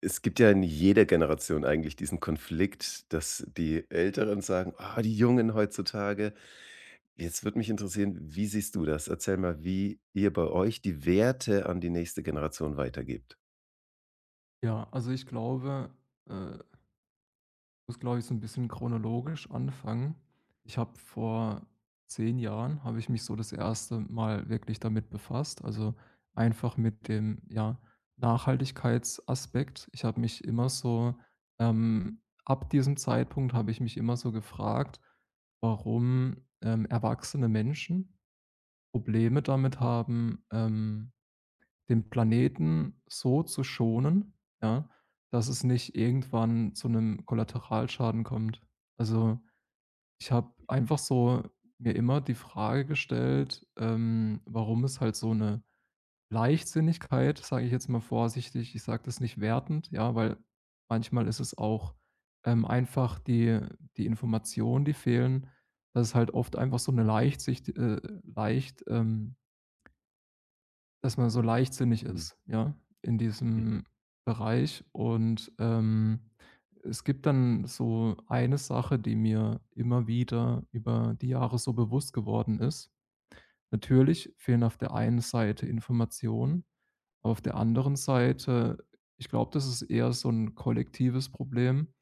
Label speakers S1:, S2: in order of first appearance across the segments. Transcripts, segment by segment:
S1: Es gibt ja in jeder Generation eigentlich diesen Konflikt, dass die Älteren sagen: „Ah, die Jungen heutzutage.“ Jetzt würde mich interessieren, wie siehst du das? Erzähl mal, wie ihr bei euch die Werte an die nächste Generation weitergebt.
S2: Ja, also ich glaube, ich muss, glaube ich, so ein bisschen chronologisch anfangen. Ich habe vor 10 Jahren habe ich mich so das erste Mal wirklich damit befasst, also einfach mit dem, ja, Nachhaltigkeitsaspekt. Ich habe mich immer so Ab diesem Zeitpunkt habe ich mich immer so gefragt, warum erwachsene Menschen Probleme damit haben, den Planeten so zu schonen, ja, dass es nicht irgendwann zu 'nem Kollateralschaden kommt. Also, ich habe einfach so mir immer die Frage gestellt, warum es halt so 'ne Leichtsinnigkeit, sage ich jetzt mal vorsichtig, ich sage das nicht wertend, ja, weil manchmal ist es auch, einfach die Informationen, die fehlen, dass es halt oft einfach so 'ne leicht, ähm dass man so leichtsinnig
S1: Mhm,
S2: ist, ja, in
S1: mhm,
S2: diesem Bereich. Und, es gibt dann so eine Sache, die mir immer wieder über die Jahre so bewusst geworden ist. Natürlich fehlen auf der einen Seite Informationen, aber auf der anderen Seite ich glaube, das ist eher so ein kollektives Problem,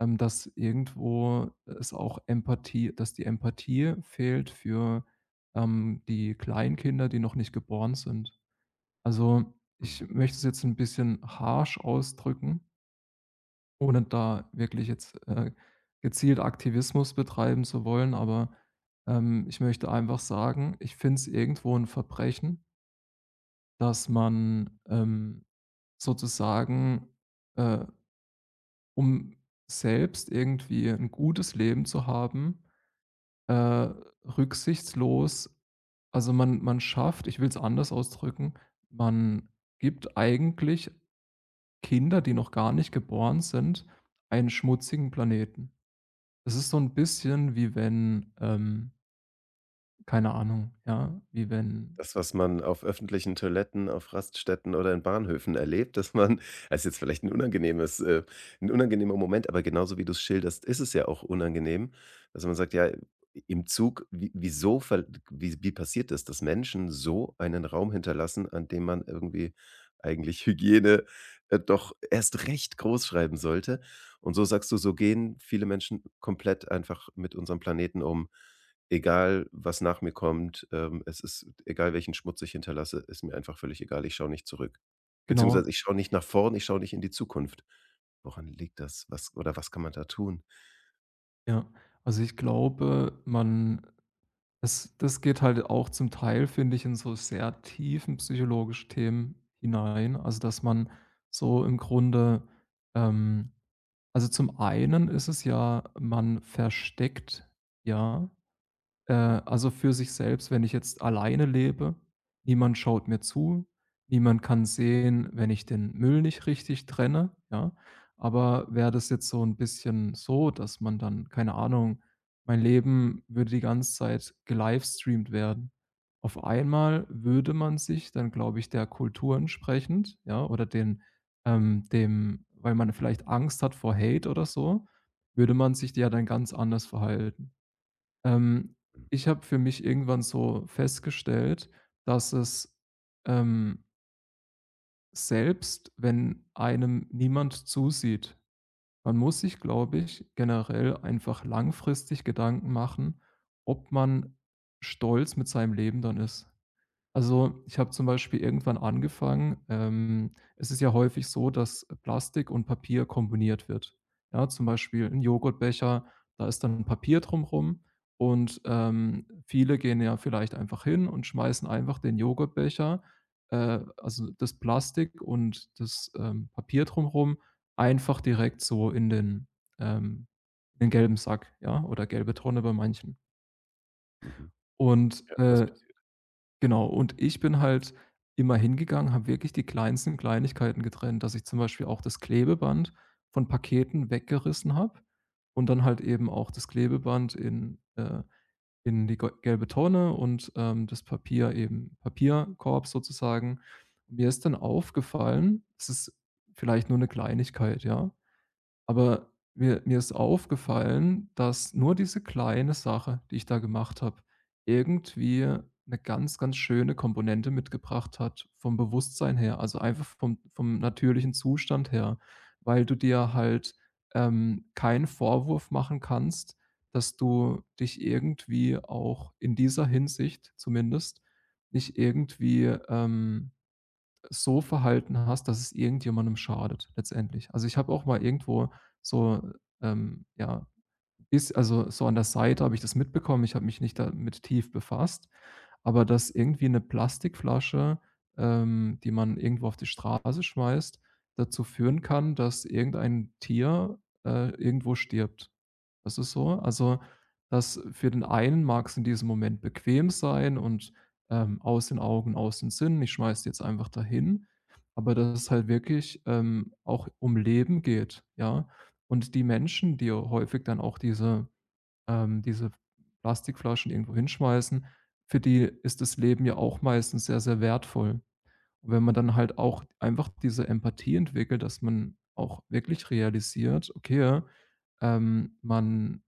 S2: dass irgendwo es auch Empathie dass die Empathie fehlt für, die Kleinkinder, die noch nicht geboren sind. Also, ich
S1: mhm.
S2: möchte es jetzt ein bisschen harsch ausdrücken, ohne da wirklich jetzt, gezielt Aktivismus betreiben zu wollen, aber, ich möchte einfach sagen, ich finde es irgendwo ein Verbrechen, dass man, sozusagen, äh, um selbst irgendwie ein gutes Leben zu haben, rücksichtslos. Also, man schafft ich will es anders ausdrücken, man gibt eigentlich Kinder, die noch gar nicht geboren sind, einen schmutzigen Planeten. Es ist so 'n bisschen wie wenn, keine Ahnung, ja, wie wenn
S1: Das, was man auf öffentlichen Toiletten, auf Raststätten oder in Bahnhöfen erlebt, dass man das ist jetzt vielleicht ein unangenehmes 'n unangenehmer Moment, aber genauso wie du es schilderst, ist es ja auch unangenehm, dass man sagt: „Ja, im Zug, wie wieso ver wie wie passiert das, dass Menschen so einen Raum hinterlassen, an dem man irgendwie eigentlich Hygiene doch erst recht groß schreiben sollte?“ Und so sagst du, so gehen viele Menschen komplett einfach mit unserem Planeten um. Egal, was nach mir kommt, es ist egal, welchen Schmutz ich hinterlasse, ist mir einfach völlig egal. Ich schaue nicht zurück.
S2: genau,
S1: Beziehungsweise ich schaue nicht nach vorn, ich schaue nicht in die Zukunft. Woran liegt das? Was oder was kann man da tun?
S2: ja. Also, ich glaube, man es das geht halt auch zum Teil, finde ich, in so sehr tiefen psychologische Themen hinein. Also, dass man so im Grunde, ähm also, zum einen ist es ja, man versteckt ja. Also für sich selbst, wenn ich jetzt alleine lebe, niemand schaut mir zu, niemand kann sehen, wenn ich den Müll nicht richtig trenne, ja. Aber wäre das jetzt so ein bisschen so, dass man dann keine Ahnung, mein Leben würde die ganze Zeit gelivestreamt werden. Auf einmal würde man sich dann, glaube ich, der Kultur entsprechend, ja, oder den dem weil man vielleicht Angst hat vor Hate oder so, würde man sich ja dann ganz anders verhalten. Ähm, Ich habe für mich irgendwann so festgestellt, dass es, ähm, selbst wenn einem niemand zusieht, man muss sich, glaube ich, generell einfach langfristig Gedanken machen, ob man stolz mit seinem Leben dann ist. Also, ich habe zum Beispiel irgendwann angefangen. Es ist ja häufig so, dass Plastik und Papier kombiniert wird. Ja, zum Beispiel 'n Joghurtbecher, da ist dann Papier drum, und, viele gehen ja vielleicht einfach hin und schmeißen einfach den Joghurtbecher, also das Plastik und das, Papier drum, einfach direkt so ähm in den gelben Sack, ja, oder gelbe Tonne bei manchen.
S1: Mhm.
S2: Und,
S1: Ja, das passiert.
S2: genau, und ich bin halt immer hingegangen, habe wirklich die kleinsten Kleinigkeiten getrennt, dass ich zum Beispiel auch das Klebeband von Paketen weggerissen habe und dann halt eben auch das Klebeband in die gol gelbe Tonne und, das Papier eben Papierkorb sozusagen. Mir ist dann aufgefallen, es ist vielleicht nur eine Kleinigkeit, ja, aber mir ist aufgefallen, dass nur diese kleine Sache, die ich da gemacht habe, irgendwie eine ganz, ganz schöne Komponente mitgebracht hat vom Bewusstsein her, also einfach vom natürlichen Zustand her, weil du dir halt, keinen Vorwurf machen kannst, dass du dich irgendwie auch in dieser Hinsicht zumindest nicht irgendwie, so verhalten hast, dass es irgendjemandem schadet letztendlich. Also, ich habe auch mal irgendwo so, ja, ist also so an der Seite habe ich das mitbekommen. Ich habe mich nicht damit tief befasst, aber dass irgendwie eine Plastikflasche, die man irgendwo auf die Straße schmeißt, dazu führen kann, dass irgendein Tier, irgendwo stirbt. Das ist so. Also, dass für den einen mag es in diesem Moment bequem sein und, aus den Augen, aus den Sinn, ich schmeiß die jetzt einfach dahin, aber dass es halt wirklich, auch um Leben geht, ja? Und die Menschen, die häufig dann auch diese Plastikflaschen irgendwo hinschmeißen, für die ist das Leben ja auch meistens sehr, sehr wertvoll. Und wenn man dann halt auch einfach diese Empathie entwickelt, dass man auch wirklich realisiert, okay, man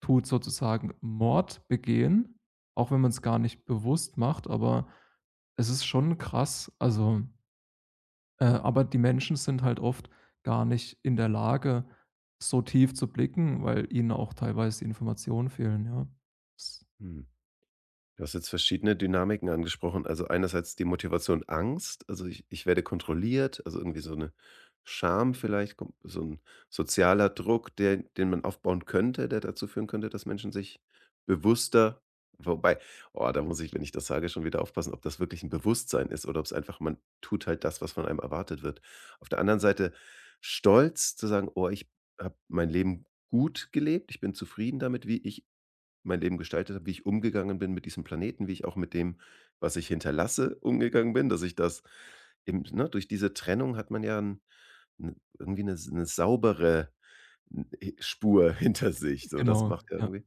S2: tut sozusagen Mord begehen, auch wenn man es gar nicht bewusst macht, aber es ist schon krass. Also aber die Menschen sind halt oft gar nicht in der Lage, so tief zu blicken, weil ihnen auch teilweise die Informationen fehlen, ja. S
S1: Mhm. Du hast jetzt verschiedene Dynamiken angesprochen. Also einerseits die Motivation Angst, also ich werde kontrolliert, also irgendwie so eine Scham vielleicht, so ein sozialer Druck, der, den man aufbauen könnte, der dazu führen könnte, dass Menschen sich bewusster, wobei, oh, da muss ich, wenn ich das sage, schon wieder aufpassen, ob das wirklich ein Bewusstsein ist oder ob es einfach, man tut halt das, was von einem erwartet wird. Auf der anderen Seite stolz zu sagen, oh, ich habe mein Leben gut gelebt, ich bin zufrieden damit, wie ich mein Leben gestaltet habe, wie ich umgegangen bin mit diesem Planeten, wie ich auch mit dem, was ich hinterlasse, umgegangen bin, dass ich das eben, ne, durch diese Trennung hat man ja 'n irgendwie eine s 'ne saubere, hm, Spur hinter sich, so, das
S2: Genau,
S1: macht ja
S2: ja.
S1: irgendwie,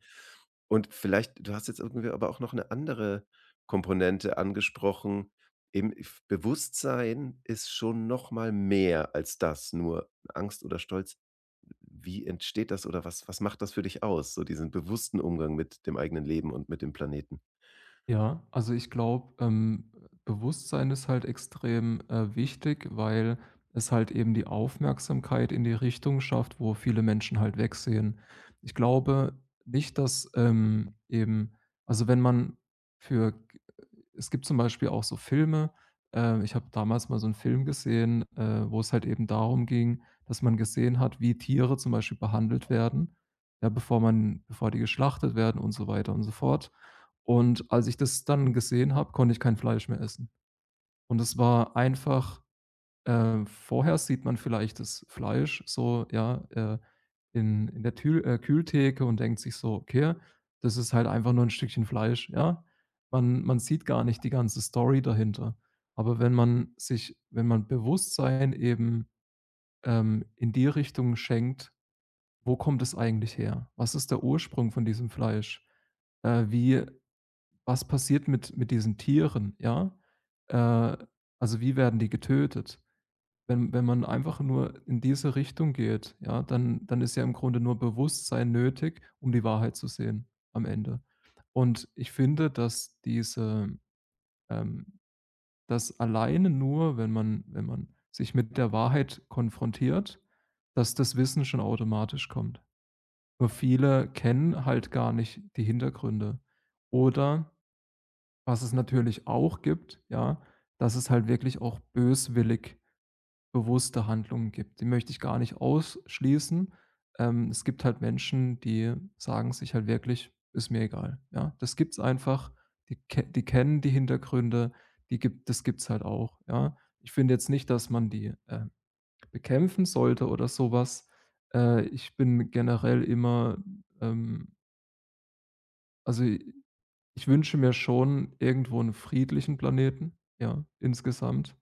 S1: und vielleicht du hast jetzt irgendwie aber auch noch eine andere Komponente angesprochen, eben f Bewusstsein ist schon noch mal mehr als das, nur Angst oder Stolz. Wie entsteht das oder was macht das für dich aus, so diesen bewussten Umgang mit dem eigenen Leben und mit dem Planeten?
S2: Ja, also ich glaube, Bewusstsein ist halt extrem, wichtig, weil es halt eben die Aufmerksamkeit in die Richtung schafft, wo viele Menschen halt wegsehen. Ich glaube nicht, dass, eben, also wenn man für. Es gibt zum Beispiel auch so Filme. Ich habe damals mal so 'n Film gesehen, wo es halt eben darum ging, dass man gesehen hat, wie Tiere zum Beispiel behandelt werden, ja, bevor die geschlachtet werden und so weiter und so fort. Und als ich das dann gesehen habe, konnte ich kein Fleisch mehr essen. Und es war einfach vorher sieht man vielleicht das Fleisch so, ja, in der Tül Kühltheke und denkt sich so: „Okay, das ist halt einfach nur ein Stückchen Fleisch", ja? Man sieht gar nicht die ganze Story dahinter. Aber wenn man Bewusstsein eben, in die Richtung schenkt: Wo kommt es eigentlich her? Was ist der Ursprung von diesem Fleisch? Wie Was passiert mit diesen Tieren, ja? Äh, also, wie werden die getötet? Wenn man einfach nur in diese Richtung geht, ja, dann ist ja im Grunde nur Bewusstsein nötig, um die Wahrheit zu sehen am Ende. Und ich finde, dass diese ähm, dass alleine nur, wenn man sich mit der Wahrheit konfrontiert, dass das Wissen schon automatisch kommt. Nur viele kennen halt gar nicht die Hintergründe. Oder was es natürlich auch gibt, ja, dass es halt wirklich auch böswillig bewusste Handlungen gibt. Die möchte ich gar nicht ausschließen. Es gibt halt Menschen, die sagen sich halt wirklich: „Ist mir egal", ja? Das gibt's einfach. Die kennen die Hintergründe, die gibt das gibt's halt auch, ja? Ich finde jetzt nicht, dass man die, bekämpfen sollte oder so was. Ich bin generell immer, ähm also, i ich wünsche mir schon irgendwo einen friedlichen Planeten, ja, insgesamt.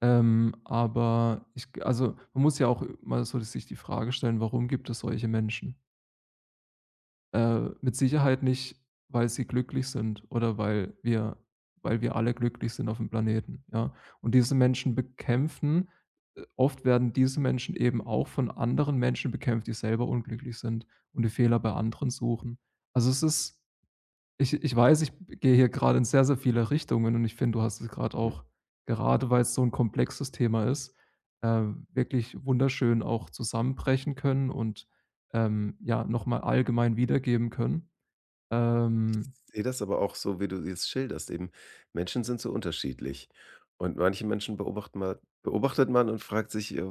S2: Aber ich g also, man muss ja auch mal so sich die Frage stellen, warum gibt es solche Menschen? Mit Sicherheit nicht, weil sie glücklich sind oder weil wir alle glücklich sind auf dem Planeten, ja? Und diese Menschen bekämpfen oft werden diese Menschen eben auch von anderen Menschen bekämpft, die selber unglücklich sind und die Fehler bei anderen suchen. Also, es ist ich weiß, ich gehe hier gerade in sehr, sehr viele Richtungen, und ich finde, du hast es gerade auch, gerade weil es so ein komplexes Thema ist, wirklich wunderschön auch zusammenbrechen können und, ja, noch mal allgemein wiedergeben können. Ähm,
S1: Sehe das aber auch so, wie du jetzt schilderst eben. Menschen sind so unterschiedlich. Und manche Menschen beobachten ma beobachtet man und fragt sich,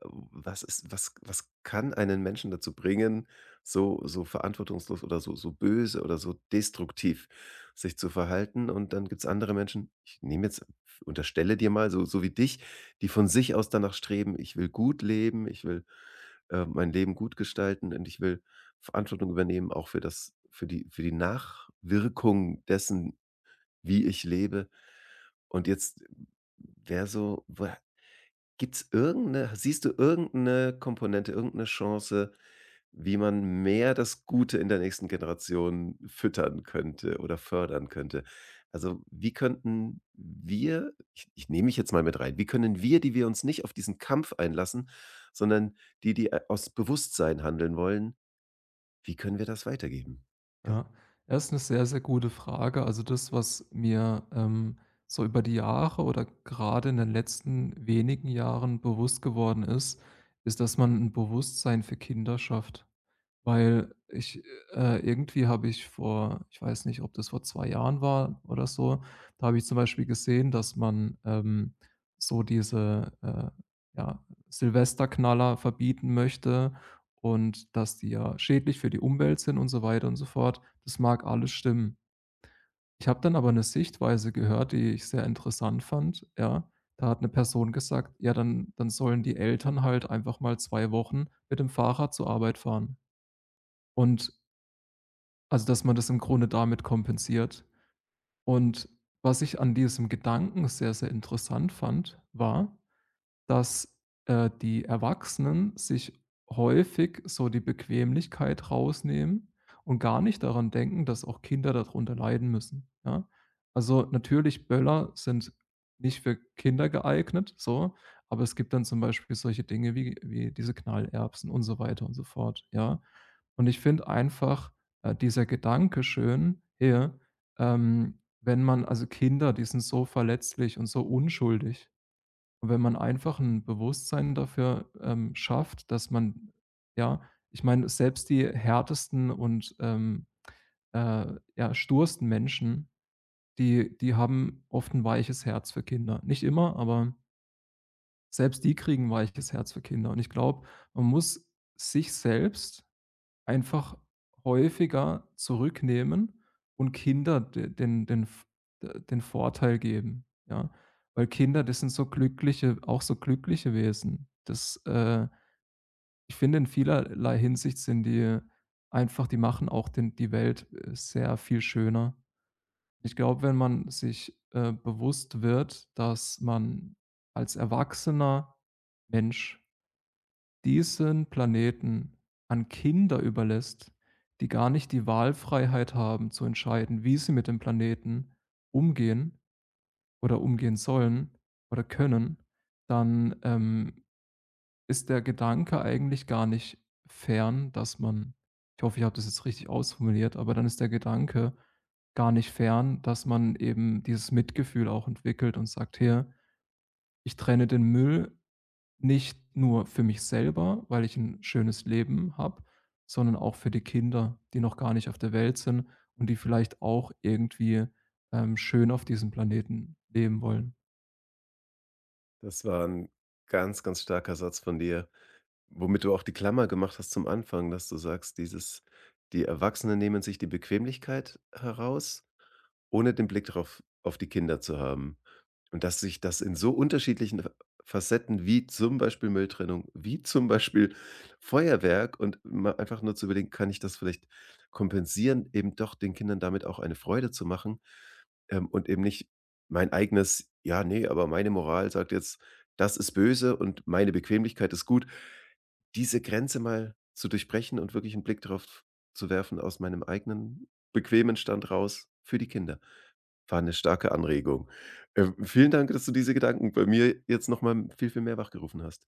S1: was ist was kann einen Menschen dazu bringen, so verantwortungslos oder so böse oder so destruktiv sich zu verhalten? Und dann gibt's andere Menschen, ich nehme jetzt unterstelle dir mal so so wie dich, die von sich aus danach streben: „Ich will gut leben, ich will mein Leben gut gestalten und ich will Verantwortung übernehmen, auch für das für die Nachwirkung dessen, wie ich lebe. Und jetzt wäre so, wo Gibt's irgendeine? Siehst du irgendeine Komponente, irgendeine Chance, wie man mehr das Gute in der nächsten Generation füttern könnte oder fördern könnte? Also, wie könnten wir, ich nehme mich jetzt mal mit rein, wie können wir, die wir uns nicht auf diesen Kampf einlassen, sondern die aus Bewusstsein handeln wollen, wie können wir das weitergeben? Was
S2: ja, das ist 'ne sehr, sehr gute Frage. Also, das, was mir, so über die Jahre oder gerade in den letzten wenigen Jahren bewusst geworden ist, ist, dass man ein Bewusstsein für Kinder schafft. Weil ich irgendwie habe ich vor, ich weiß nicht, ob das vor 2 Jahren war oder so, da habe ich zum Beispiel gesehen, dass man, so diese, ja, Silvesterknaller verbieten möchte und dass die ja schädlich für die Umwelt sind und so weiter und so fort. Das mag alles stimmen. Ich habe dann aber eine Sichtweise gehört, die ich sehr interessant fand, ja. Da hat eine Person gesagt: „Ja, dann sollen die Eltern halt einfach mal 2 Wochen mit dem Fahrrad zur Arbeit fahren." Und also, dass man das im Grunde damit kompensiert. Und was ich an diesem Gedanken sehr, sehr interessant fand, war, dass, die Erwachsenen sich häufig so die Bequemlichkeit rausnehmen und gar nicht daran denken, dass auch Kinder darunter leiden müssen, ja? Also, natürlich, Böller sind nicht für Kinder geeignet, so, aber es gibt dann zum Beispiel solche Dinge wie diese Knallerbsen und so weiter und so fort, ja? Und ich finde einfach, dieser Gedanke schön, hier, wenn man also Kinder, die sind so verletzlich und so unschuldig, und wenn man einfach ein Bewusstsein dafür, schafft, dass man, ja, ich meine, selbst die härtesten und, äh, ja, stursten Menschen, die haben oft ein weiches Herz für Kinder. Nicht immer, aber selbst die kriegen 'n weiches Herz für Kinder. Und ich glaube, man muss sich selbst einfach häufiger zurücknehmen und Kinder de den den V d den Vorteil geben, ja? Weil Kinder, das sind so glückliche auch so glückliche Wesen. Das, ich finde, in vielerlei Hinsicht sind die einfach, die machen auch den die Welt, sehr viel schöner. Ich glaube, wenn man sich, bewusst wird, dass man als erwachsener Mensch diesen Planeten an Kinder überlässt, die gar nicht die Wahlfreiheit haben zu entscheiden, wie sie mit dem Planeten umgehen oder umgehen sollen oder können, dann, ist der Gedanke eigentlich gar nicht fern, dass man, ich hoffe, ich habe das jetzt richtig ausformuliert, aber dann ist der Gedanke gar nicht fern, dass man eben dieses Mitgefühl auch entwickelt und sagt: „Hier, ich trenne den Müll nicht nur für mich selber, weil ich ein schönes Leben habe, sondern auch für die Kinder, die noch gar nicht auf der Welt sind und die vielleicht auch irgendwie, schön auf diesem Planeten leben wollen."
S1: Das war ein ganz, ganz starker Satz von dir. Womit du auch die Klammer gemacht hast zum Anfang, dass du sagst, dieses die Erwachsenen nehmen sich die Bequemlichkeit heraus, ohne den Blick drauf auf die Kinder zu haben. Und dass sich das in so unterschiedlichen Facetten wie zum Beispiel Mülltrennung, wie zum Beispiel Feuerwerk, und mal einfach nur zu überlegen, kann ich das vielleicht kompensieren, eben doch den Kindern damit auch eine Freude zu machen, und eben nicht mein eigenes, ja, nee, aber meine Moral sagt jetzt, das ist böse und meine Bequemlichkeit ist gut. Diese Grenze mal zu durchbrechen und wirklich einen Blick darauf zu werfen aus meinem eigenen bequemen Stand raus für die Kinder. War 'ne starke Anregung. Vielen Dank, dass du diese Gedanken bei mir jetzt noch mal viel, viel mehr wachgerufen hast.